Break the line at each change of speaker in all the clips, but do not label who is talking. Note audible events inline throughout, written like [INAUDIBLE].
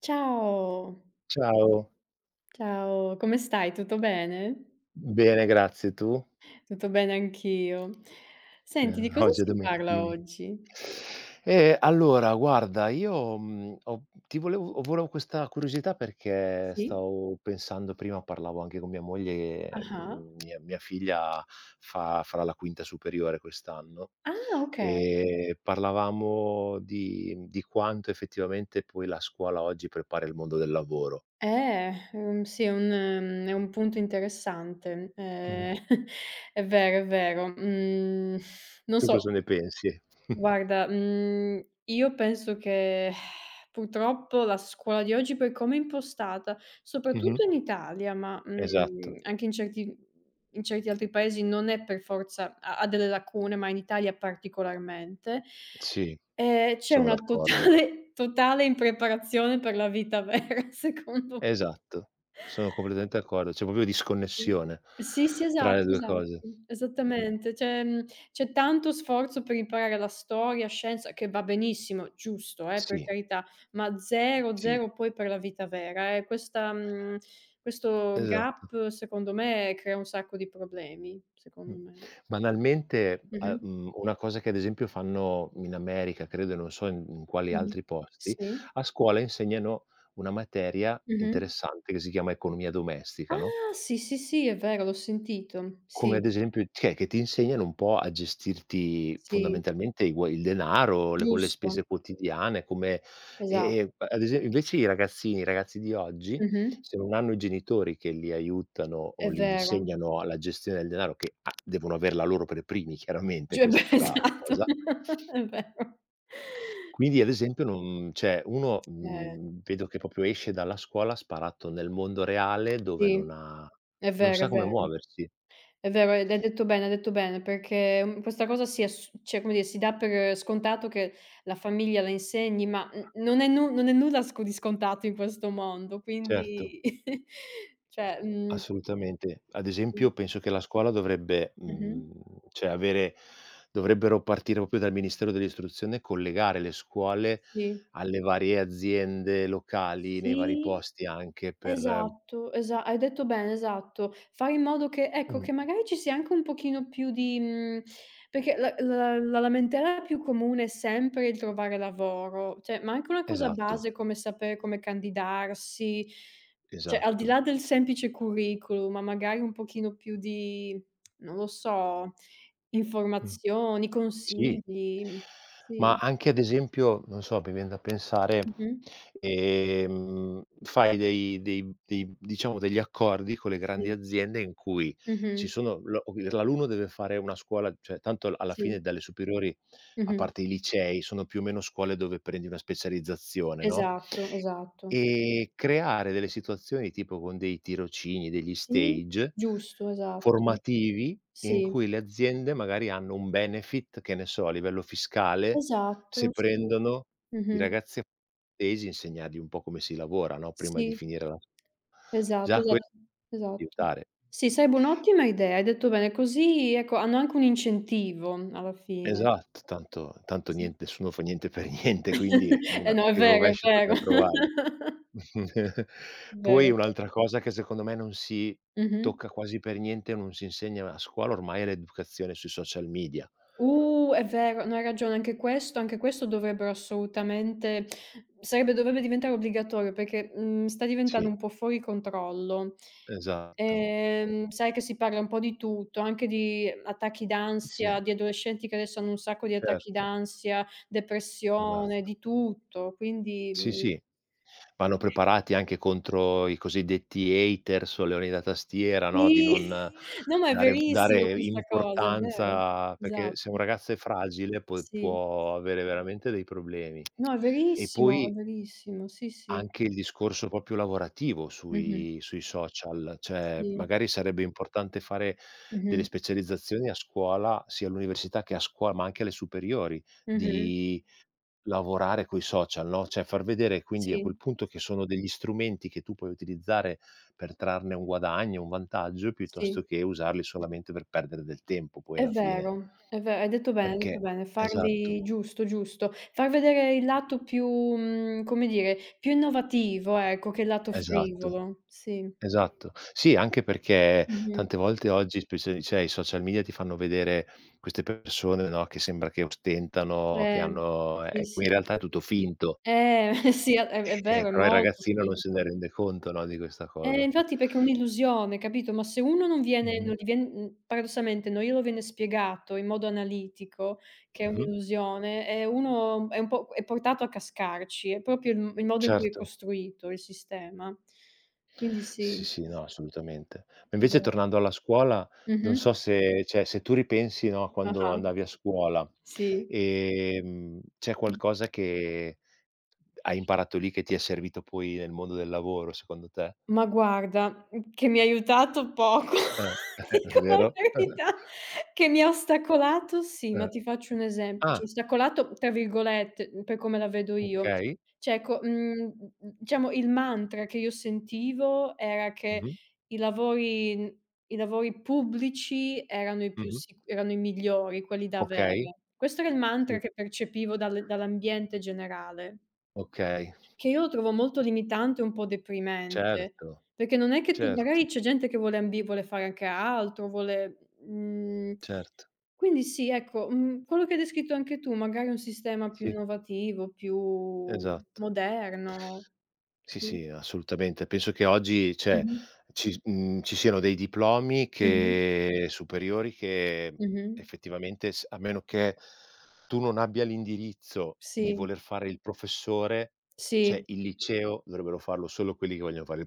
Ciao,
Ciao,
ciao, come stai? Tutto bene?
bene grazie, tu?
Tutto bene anch'io. Senti, di cosa
Oggi è
si
dome
parla
Dimmi.
oggi?
Allora guarda, io, ho ti volevo ho volevo questa curiosità, perché
Sì?
stavo pensando, prima parlavo anche con mia moglie,
Ah-ah.
mia figlia fa farà la quinta superiore quest'anno,
Ah, okay.
e parlavamo di quanto effettivamente poi la scuola oggi prepara il mondo del lavoro.
Sì, è un punto interessante.
Mh.
[LAUGHS] È vero, è vero. Mhmm, non
Tu
so.
cosa ne pensi? [LAUGHS]
Guarda, io penso che [SIGHS] purtroppo la scuola di oggi per come è impostata,
Mh-mh.
soprattutto in Italia, ma,
Esatto,
anche in certi altri paesi non è per forza, ha delle lacune, ma in Italia particolarmente,
sì.
c'è
Sono
una
d'accordo.
totale totale impreparazione per la vita [LAUGHS] vera, secondo.
Esatto, sono completamente d'accordo. C'è proprio
Mh.
disconnessione
Sì, sì,
tra le
esatto,
due
esatto,
cose. Mh,
esattamente. C'è tanto sforzo per imparare la storia, scienza, che va benissimo, giusto, per
sì,
carità, ma 0,
sì,
0 poi per la vita vera, eh. Questo
esatto.
gap secondo me crea un sacco di problemi,
Mh.
secondo me.
Banalmente,
Mh-mh,
una cosa che ad esempio fanno in America, credo, e non so in quali
mh-mh.
altri posti,
Sì,
a scuola insegnano una materia
mh-mh.
interessante che si chiama economia domestica, no?
Ah, sì, sì, sì, è vero, l'ho sentito. Sì,
Come ad esempio, cioè, che ti insegnano un po' a gestirti,
sì,
fondamentalmente, i gua il denaro, le
giusto,
spese quotidiane, come
esatto.
e ad esem invece i ragazzini, i ragazzi di oggi,
Mh-mh,
se non hanno i genitori che li aiutano o
è
li
vero.
insegnano alla gestione del denaro, che a devono averla loro per primi, chiaramente,
Giù e beh,
questa
esatto,
cosa,
[LAUGHS] è vero.
quindi ad esempio non cioè, uno,
Eh,
vedo che proprio esce dalla scuola sparato nel mondo reale dove
sì, è
non
vero, è
sa come
vero.
muoversi.
È vero, ed hai detto bene, perché, questa cosa si ass cioè, come dire, si dà per scontato che la famiglia la insegni, ma, non è nulla scontato in questo mondo,
Certo.
quindi. [LAUGHS] Cioè, mhmm,
Assolutamente. Ad esempio penso che la scuola dovrebbe,
mh-mh,
mhmm, cioè avere dovrebbero partire proprio dal Ministero dell'Istruzione e collegare le scuole
sì.
alle varie aziende locali, nei vari
Sì.
posti, anche per
Esatto, esa hai detto bene, esatto. Fare in modo che ecco,
mh,
che magari ci sia anche un pochino più di, perché la lamentela più comune è sempre il trovare lavoro, cioè, ma anche una cosa
esatto,
base come sapere come candidarsi, cioè, al di
esatto.
là del semplice curriculum, ma magari un pochino più di, non lo so,
Mh.
informazioni,
Sì.
consigli.
Ma
Sì.
anche ad esempio, non so, mi vien da pensare,
Mh-mh.
fai dei dei dei diciamo degli accordi con le grandi
Sì.
aziende in cui ci
Mh-mh.
sono lo l'alunno deve fare una scuola, cioè tanto alla fine,
Sì.
dalle superiori, a
Mh-mh.
parte i licei, sono più o meno scuole dove prendi una specializzazione, no,
Esatto, esatto.
e creare delle situazioni tipo con dei tirocini, degli
Sì,
stage
giusto, esatto.
formativi in
Sì,
cui le aziende magari hanno un benefit, che ne so, a livello fiscale, se
esatto, sì.
prendono i
Mh-mh.
ragazzi appesi, insegnargli un po' come si lavora, no, prima di
Sì,
finire la Già
esatto,
que
esatto, esatto.
aiutare.
Sì, sarebbe un'ottima idea, hai detto bene, così ecco, hanno anche un incentivo alla fine.
Esatto, tanto
Sì.
niente, nessuno fa niente per [LAUGHS] niente, quindi
[LAUGHS] Eh
una,
no, è
il
vero, è
rovescio tocca
vero. [LAUGHS]
trovarlo. [LAUGHS]
Vero, è
Poi
vero.
un'altra cosa che secondo me non si
Mh-mh.
tocca quasi per niente, non si insegna a scuola ormai, è l'educazione sui social media.
È vero, no, hai ragione, anche questo dovrebbero assolutamente, sarebbe dovrebbe diventare obbligatorio, perché, sta diventando
Sì.
un po' fuori controllo.
Esatto,
Sai che si parla un po' di tutto, anche di attacchi d'ansia,
sì,
di adolescenti che adesso hanno un sacco di attacchi
certo,
d'ansia, depressione,
esatto.
di tutto, quindi.
Sì,
Mhmm
sì, vanno preparati anche contro i cosiddetti haters o leoni da tastiera,
Sì,
no, di non
[LAUGHS] no, ma
Sì.
è
dare
verissimo
dare
questa cosa, è vero.
importanza, perché se un
Esatto,
ragazzo è fragile poi
sì.
può avere veramente dei problemi.
No,
E
è
poi
verissimo, sì, sì.
anche il discorso proprio lavorativo
Mh-mh.
sui social, cioè
Sì.
magari sarebbe importante fare delle
Mh-mh.
specializzazioni a scuola, sia all'università che a scuola, ma anche alle superiori,
Mh-mh.
di lavorare coi social, no, cioè far vedere, quindi, a
Sì,
quel punto, che sono degli strumenti che tu puoi utilizzare per trarne un guadagno, un vantaggio, piuttosto
sì.
che usarli solamente per perdere del tempo poi
È
alla fine.
vero, è ve hai detto bene, hai detto
Perché
bene.
esatto,
Farli giusto, giusto. Far vedere il lato più, come dire, più innovativo ecco, che il lato
esatto,
frivolo. Sì.
esatto. Sì, anche perché
Mh-mh.
tante volte oggi, specie, cioè, i social media ti fanno vedere queste persone, no, che sembra che ostentano, che
Eh,
hanno,
sì,
e
sì.
poi in realtà è tutto finto.
[LAUGHS] Sì, è vero, è
Però il
molto
ragazzino non se ne
finto.
rende conto, no, di questa cosa.
Infatti, perché è un'illusione, capito, ma se uno
Mh-mh.
non gli paradossalmente non glielo viene spiegato in modo analitico che è
Mh-mh.
un'illusione, e uno è un po' è portato a cascarci, è proprio il modo in cui è
Certo.
costruito il sistema. Quindi
Sì,
sì.
sì, no, assolutamente. Ma invece tornando
[UNINTELLIGIBLE]
alla scuola, non
Mh-mh.
so se cioè, se tu ripensi, no, a quando
Ah-ah,
andavi a scuola,
sì.
c'è
Mh.
qualcosa che hai imparato lì che ti è servito poi nel mondo del lavoro secondo te?
Ma guarda, che mi ha aiutato poco,
Eh,
[LAUGHS]
[LAUGHS]
dico la
vero?
verità, che mi ha ostacolato sì, ma
Eh.
ti faccio un esempio,
Ah,
cioè "ostacolato" tra virgolette, per come la vedo io.
okay.
Cioè ecco, diciamo il mantra che io sentivo era che
Mh-mh,
i lavori pubblici
mh-mh.
erano i migliori, quelli da
Okay,
avere. Questo era il mantra
sì,
che percepivo dall'ambiente generale.
okay.
Che io trovo molto limitante e un po' deprimente,
Certo,
perché non è che tu magari
certo,
c'è gente che vuole fare anche altro, vuole. Mhmm,
certo.
quindi sì, ecco, quello che hai descritto anche tu, magari un sistema più
Sì,
innovativo, più
esatto.
moderno.
Sì,
Sì.
sì, assolutamente. Penso che oggi, cioè,
Mh-mh.
ci siano dei diplomi
Mh-mh.
che superiori che
Mh-mh.
effettivamente s a meno che tu non abbia l'indirizzo di
Sì,
voler fare il professore, cioè
sì.
il liceo dovrebbero farlo solo quelli che vogliono fare il [LAUGHS]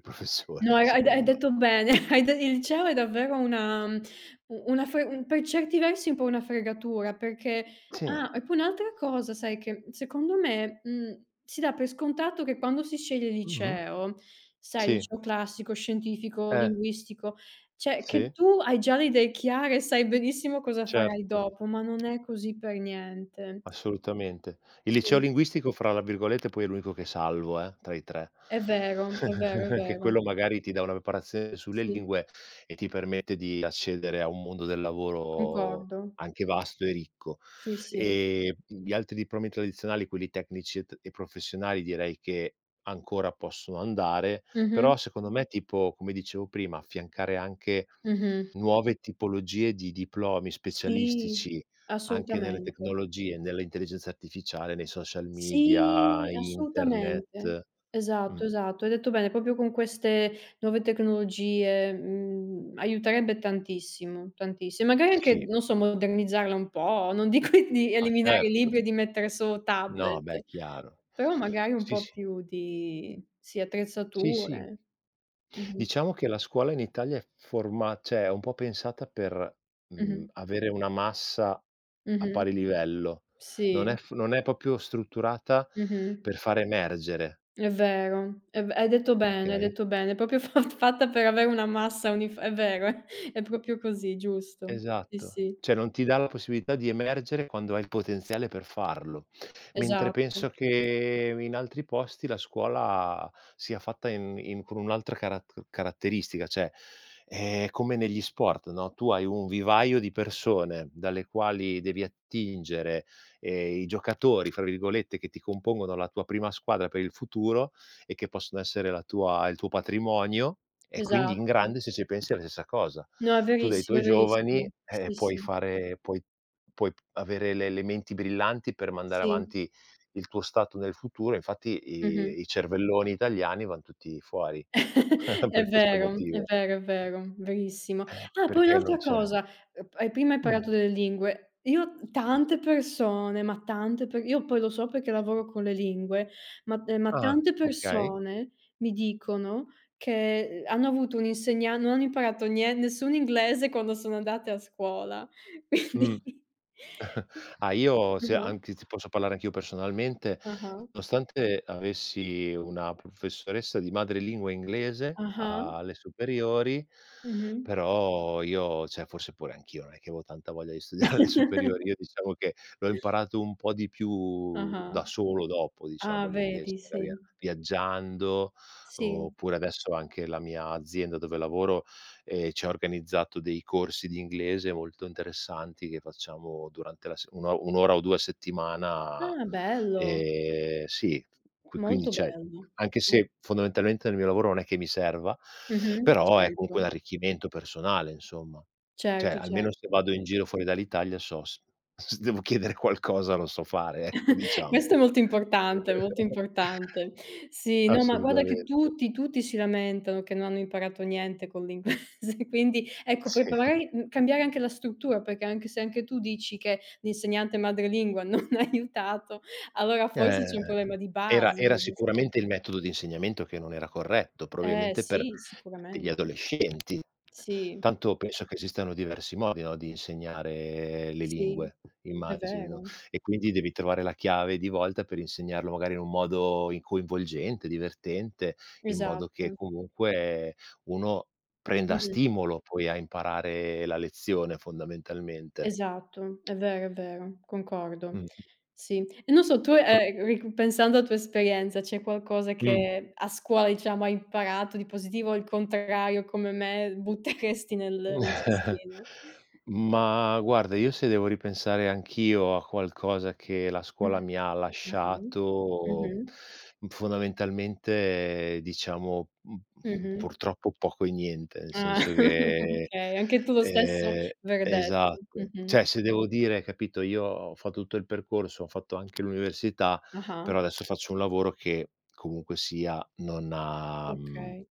No,
professore,
hai
secondo me.
detto bene, [LAUGHS] hai de il liceo è davvero una, u una fre un per certi versi un po' una fregatura, perché
Sì.
ah, e poi un'altra cosa, sai che secondo me, si dà per scontato che quando si sceglie il
Mh-mh.
liceo, sai,
Sì.
liceo classico, scientifico,
Eh,
linguistico, cioè che
sì,
tu hai già le idee chiare e sai benissimo cosa farai
certo.
dopo, ma non è così per niente.
Assolutamente. Il liceo
Sì,
linguistico, fra la virgolette, poi è l'unico che salvo, tra i tre.
è vero, è vero, è
[LAUGHS] Che
vero.
quello magari ti dà una preparazione sulle
Sì,
lingue e ti permette di accedere a un mondo del lavoro
concordo.
anche vasto e ricco.
Sì, sì.
Gli altri diplomi tradizionali, quelli tecnici e t e professionali, direi che ancora possono andare,
Mh-mh,
però secondo me, tipo, come dicevo prima, affiancare anche
mh-mh.
nuove tipologie di diplomi
Sì,
specialistici, anche nelle
assolutamente.
tecnologie, nell'intelligenza artificiale, nei social media,
Sì, assolutamente.
internet. Mh,
Esatto, esatto. Hai detto bene, proprio con queste nuove tecnologie, aiuterebbe tantissimo, tantissimo. Magari anche,
sì.
non so, modernizzarla un po', non dico [LAUGHS] di
Ah,
eliminare i
certo.
libri e di mettere solo
No,
tablet,
beh, chiaro.
però magari un
Sì,
po'
sì.
più di, sì,
Sì, sì.
attrezzature. Mh-mh,
Diciamo che la scuola in Italia è forma cioè, è un po' pensata per,
mh-mh,
avere una massa a
mh-mh.
pari livello.
Sì,
Non è proprio strutturata
mh-mh.
per far emergere,
È vero, è v hai
okay?
detto bene, è proprio [LAUGHS] fa fatta per avere una massa, unif è vero, è proprio così, giusto. Sì,
Esatto,
sì,
cioè non ti dà la possibilità di emergere quando hai il potenziale per farlo, mentre
esatto,
penso che in altri posti la scuola sia fatta in con un'altra caratteristica, cioè è come negli sport, no, tu hai un vivaio di persone dalle quali devi attingere, i "giocatori" fra virgolette che ti compongono la tua prima squadra per il futuro e che possono essere la tua il tuo patrimonio, e quindi in
esatto.
grande, se ci pensi, è la stessa cosa.
No, è
Tu dai
verissimo,
tuoi
è
giovani,
verissimo. Sì, sì,
puoi avere le menti brillanti per mandare
sì.
avanti il tuo stato nel futuro, infatti
Mh-mh.
i cervelloni italiani van tutti fuori [LAUGHS]
[LAUGHS] È
per questo
vero, è
motivo,
vero, è vero, verissimo. Ah, poi
perché non
un'altra
c'è.
cosa, hai prima hai
Mh.
parlato delle lingue. Io tante persone, ma tante, per io poi lo so perché lavoro con le lingue, ma, ma
Ah,
tante
okay.
persone mi dicono che, hanno avuto un, insegnan non hanno imparato nie nessun inglese quando sono andate a scuola, [LAUGHS]
Mh.
quindi.
Ah, io, se
Mh-mh,
anche ti posso parlare, anch'io personalmente,
ah-ah,
nonostante avessi una professoressa di madrelingua inglese
ah-ah,
alle superiori,
mh-mh.
però io, cioè, forse pure anch'io non è che avevo tanta voglia di studiare alle superiori, io diciamo che l'ho imparato un po' di più da
Ah-ah.
solo dopo,
[LAUGHS] Ah,
diciamo l'inglese,
vedi, sì.
magari viaggiando,
Sì.
oppure adesso anche la mia azienda dove lavoro, e ci ha organizzato dei corsi di inglese molto interessanti che facciamo durante la se un'o un' ora o due a settimana.
Ah, bello,
Sì, qui quindi
molto
cioè,
bello.
anche
Mh.
se fondamentalmente nel mio lavoro non è che mi serva,
Mh-mh,
però è
certo.
comunque un arricchimento personale, insomma. Cioè,
Certo,
almeno se
certo.
vado in giro fuori dall'Italia so s [LAUGHS] se devo chiedere qualcosa lo so fare, ecco,
[LAUGHS]
diciamo.
Questo è molto importante, molto
[LAUGHS]
importante. Sì, no, ma guarda che
Assolutamente,
tutti, tutti si lamentano che non hanno imparato niente con l'inglese, [LAUGHS] quindi ecco, poi
sì.
magari, cambiare anche la struttura, perché anche se anche tu dici che l'insegnante madrelingua [LAUGHS] non ha aiutato, allora forse
Eh,
c'è un problema di
era
base,
era
non lo so.
sicuramente il metodo di insegnamento che non era corretto, probabilmente, per
Sì,
degli
sicuramente.
adolescenti.
Sì,
Tanto penso che esistano diversi modi, no, di insegnare le
sì,
lingue,
è
immagino,
vero.
e quindi devi trovare la chiave di volta per insegnarlo magari in un modo in coinvolgente, divertente, in modo che
Esatto,
comunque uno prenda
mh-mh.
stimolo poi a imparare la lezione, fondamentalmente.
Esatto, è vero, concordo.
Mh,
Sì. E non so, tu,
pr
ric pensando alla tua esperienza, c'è qualcosa
mh.
che a scuola, diciamo, hai imparato di positivo o il contrario, come me, butteresti nel
[LAUGHS]
cestino?
Ma guarda, io se devo ripensare anch'io a qualcosa che la
Mh.
scuola mi ha
Ah-ah.
lasciato,
Mh-mh.
fondamentalmente, diciamo,
Mh-mh.
purtroppo poco e niente, nel
Ah,
senso
[LAUGHS]
che
okay, anche tu lo stesso
ehm,
verdetto.
esatto.
Mh-mh.
Cioè, se devo dire, capito, io ho fatto tutto il percorso, ho fatto anche l'università,
Ah-ah,
però adesso faccio un lavoro che comunque sia non ha
okay.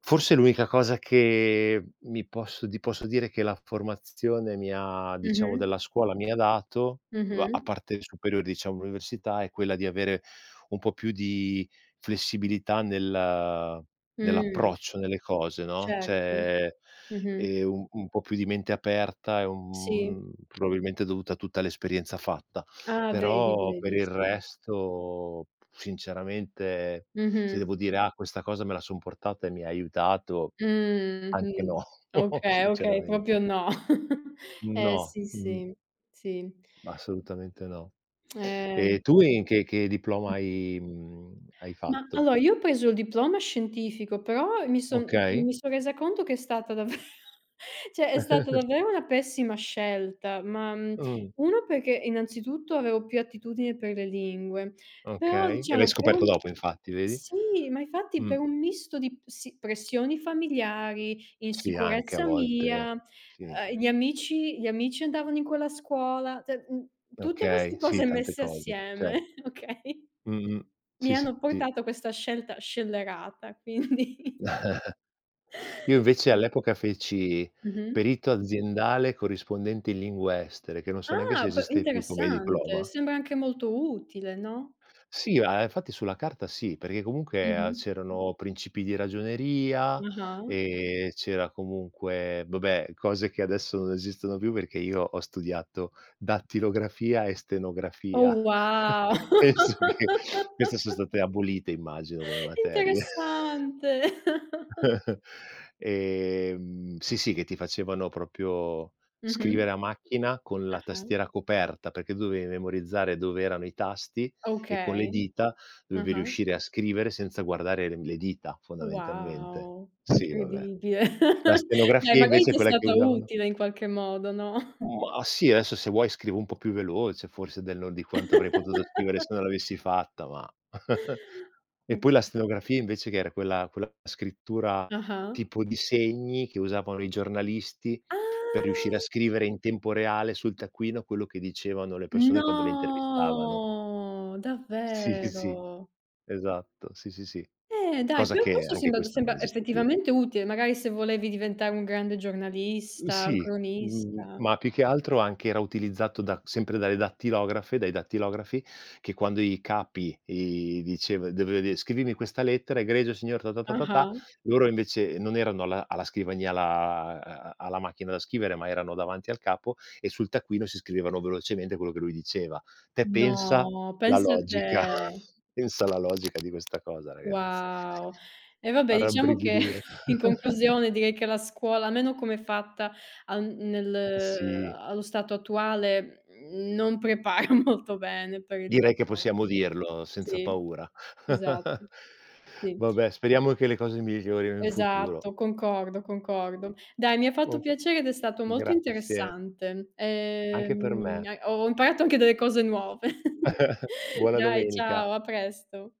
forse l'unica cosa che mi posso ti posso dire che la formazione mi ha, diciamo,
Mh-mh.
della scuola mi ha dato, a
Mh-mh.
parte le superiori, diciamo l'università, è quella di avere un po' più di flessibilità
Mh,
nell'approccio, nelle cose, no,
certo.
cioè,
Mh-mh.
un po' più di mente aperta, e
Sì.
un probabilmente dovuta a tutta l'esperienza fatta.
Ah, vedi,
Però per
vedi,
il
sì.
resto, sinceramente, se
Mh-mh.
devo dire: "Ah, questa cosa me la son portata e mi ha aiutato",
Mh,
anche
mh.
no, [LAUGHS]
Okay, okay,
sinceramente.
proprio no. [LAUGHS]
No,
Sì, sì, sì.
assolutamente no. E
Ehm,
tu in che diploma hai
ma
fatto?
allora io ho preso il diploma scientifico, però mi son
Okay,
mi son resa conto che è stata davvero, [LAUGHS] cioè è stata davvero una pessima scelta, ma,
mh,
1, perché innanzitutto avevo più attitudine per le lingue, però
okay. E l'hai
diciamo per
scoperto
un.
dopo, infatti, vedi?
Sì, ma infatti
Mh,
per un misto di, sì, pressioni familiari,
sì, anche a
insicurezza mia,
volte sì,
gli amici andavano in quella scuola, cioè, tutte
okay,
queste
sì,
cose
tante
messe
cose,
assieme,
certo.
[LAUGHS] okay,
Mh-mh.
mi
Sì, sì,
hanno
sì.
portato a questa scelta scellerata, quindi [LAUGHS]
Io invece
sì.
all'epoca feci
Mh-mh.
perito aziendale corrispondente in lingue estere, che non so neanche
Ah,
se
p
esiste più come
interessante,
diploma.
sembra anche molto utile, no?
Sì, a infatti sulla carta sì, perché comunque, mh,
Mh-mh.
c'erano principi di ragioneria,
Ah-ah.
c'era comunque, vabbè, cose che adesso non esistono più, perché io ho studiato dattilografia e stenografia.
Oh wow!
[LAUGHS] Penso che queste son
[LAUGHS]
state abolite, immagino, come materie.
Interessante.
[LAUGHS] Sì, sì, che ti facevano proprio
Mh-mh.
scrivere a macchina con la
Ah-ah.
tastiera coperta, perché tu dovevi memorizzare dove erano i tasti e con le
Okay.
dita dovevi
Ah-ah.
riuscire a scrivere senza guardare le dita, fondamentalmente.
Wow,
Sì, vabbè.
incredibile.
La
[LAUGHS] Dai,
stenografia
magari
invece è
ti è
quella che
stata
usavano,
utile in qualche modo, no?
mah, sì, adesso se vuoi scrivo un po' più veloce forse del non di quanto avrei potuto scrivere
[LAUGHS]
se non l'avessi fatta, ma [LAUGHS] e poi la
Oka
stenografia invece che era quella scrittura
ah-ah.
tipo di segni che usavano i giornalisti per riuscire a
Ah!
scrivere in tempo reale sul taccuino quello che dicevano le persone quando le intervistavano.
No!
Sì, sì,
Davvero?
esatto, sì, sì, sì.
Dai,
Cosa
però
che
questo
anche
sembra
questa non
sembra
esiste più.
effettivamente utile, magari se volevi diventare un grande giornalista, un
Sì,
cronista.
ma più che altro anche era utilizzato da sempre dalle dattilografe, dai dattilografi, che quando i capi, i diceva doveva dire: "Scrivimi questa lettera, egregio signor ta ta ta ta ta",
Ah-ah.
loro invece non erano alla scrivania, alla macchina da scrivere, ma erano davanti al capo e sul taccuino si scrivevano velocemente quello che lui diceva. Te
No,
pensa la
pensa te.
logica, [LAUGHS] pensa alla logica di questa cosa, ragazzi.
Wow! E vabbè, diciamo che
Arrabbrividire. [LAUGHS]
[LAUGHS] in conclusione direi che la scuola, almeno come è fatta, al nel
Sì.
allo stato attuale, non prepara [LAUGHS] molto bene per il
Direi che
lavoro.
possiamo dirlo senza
Sì,
paura.
esatto.
[LAUGHS]
Sì,
Vabbè, speriamo che le cose migliorino in futuro.
esatto, concordo, concordo. Dai, mi ha fatto
O
piacere ed è stato molto
grazie,
interessante.
anche per me.
A ho imparato anche delle cose nuove. [LAUGHS]
Buona
Dai,
domenica.
ciao, a presto.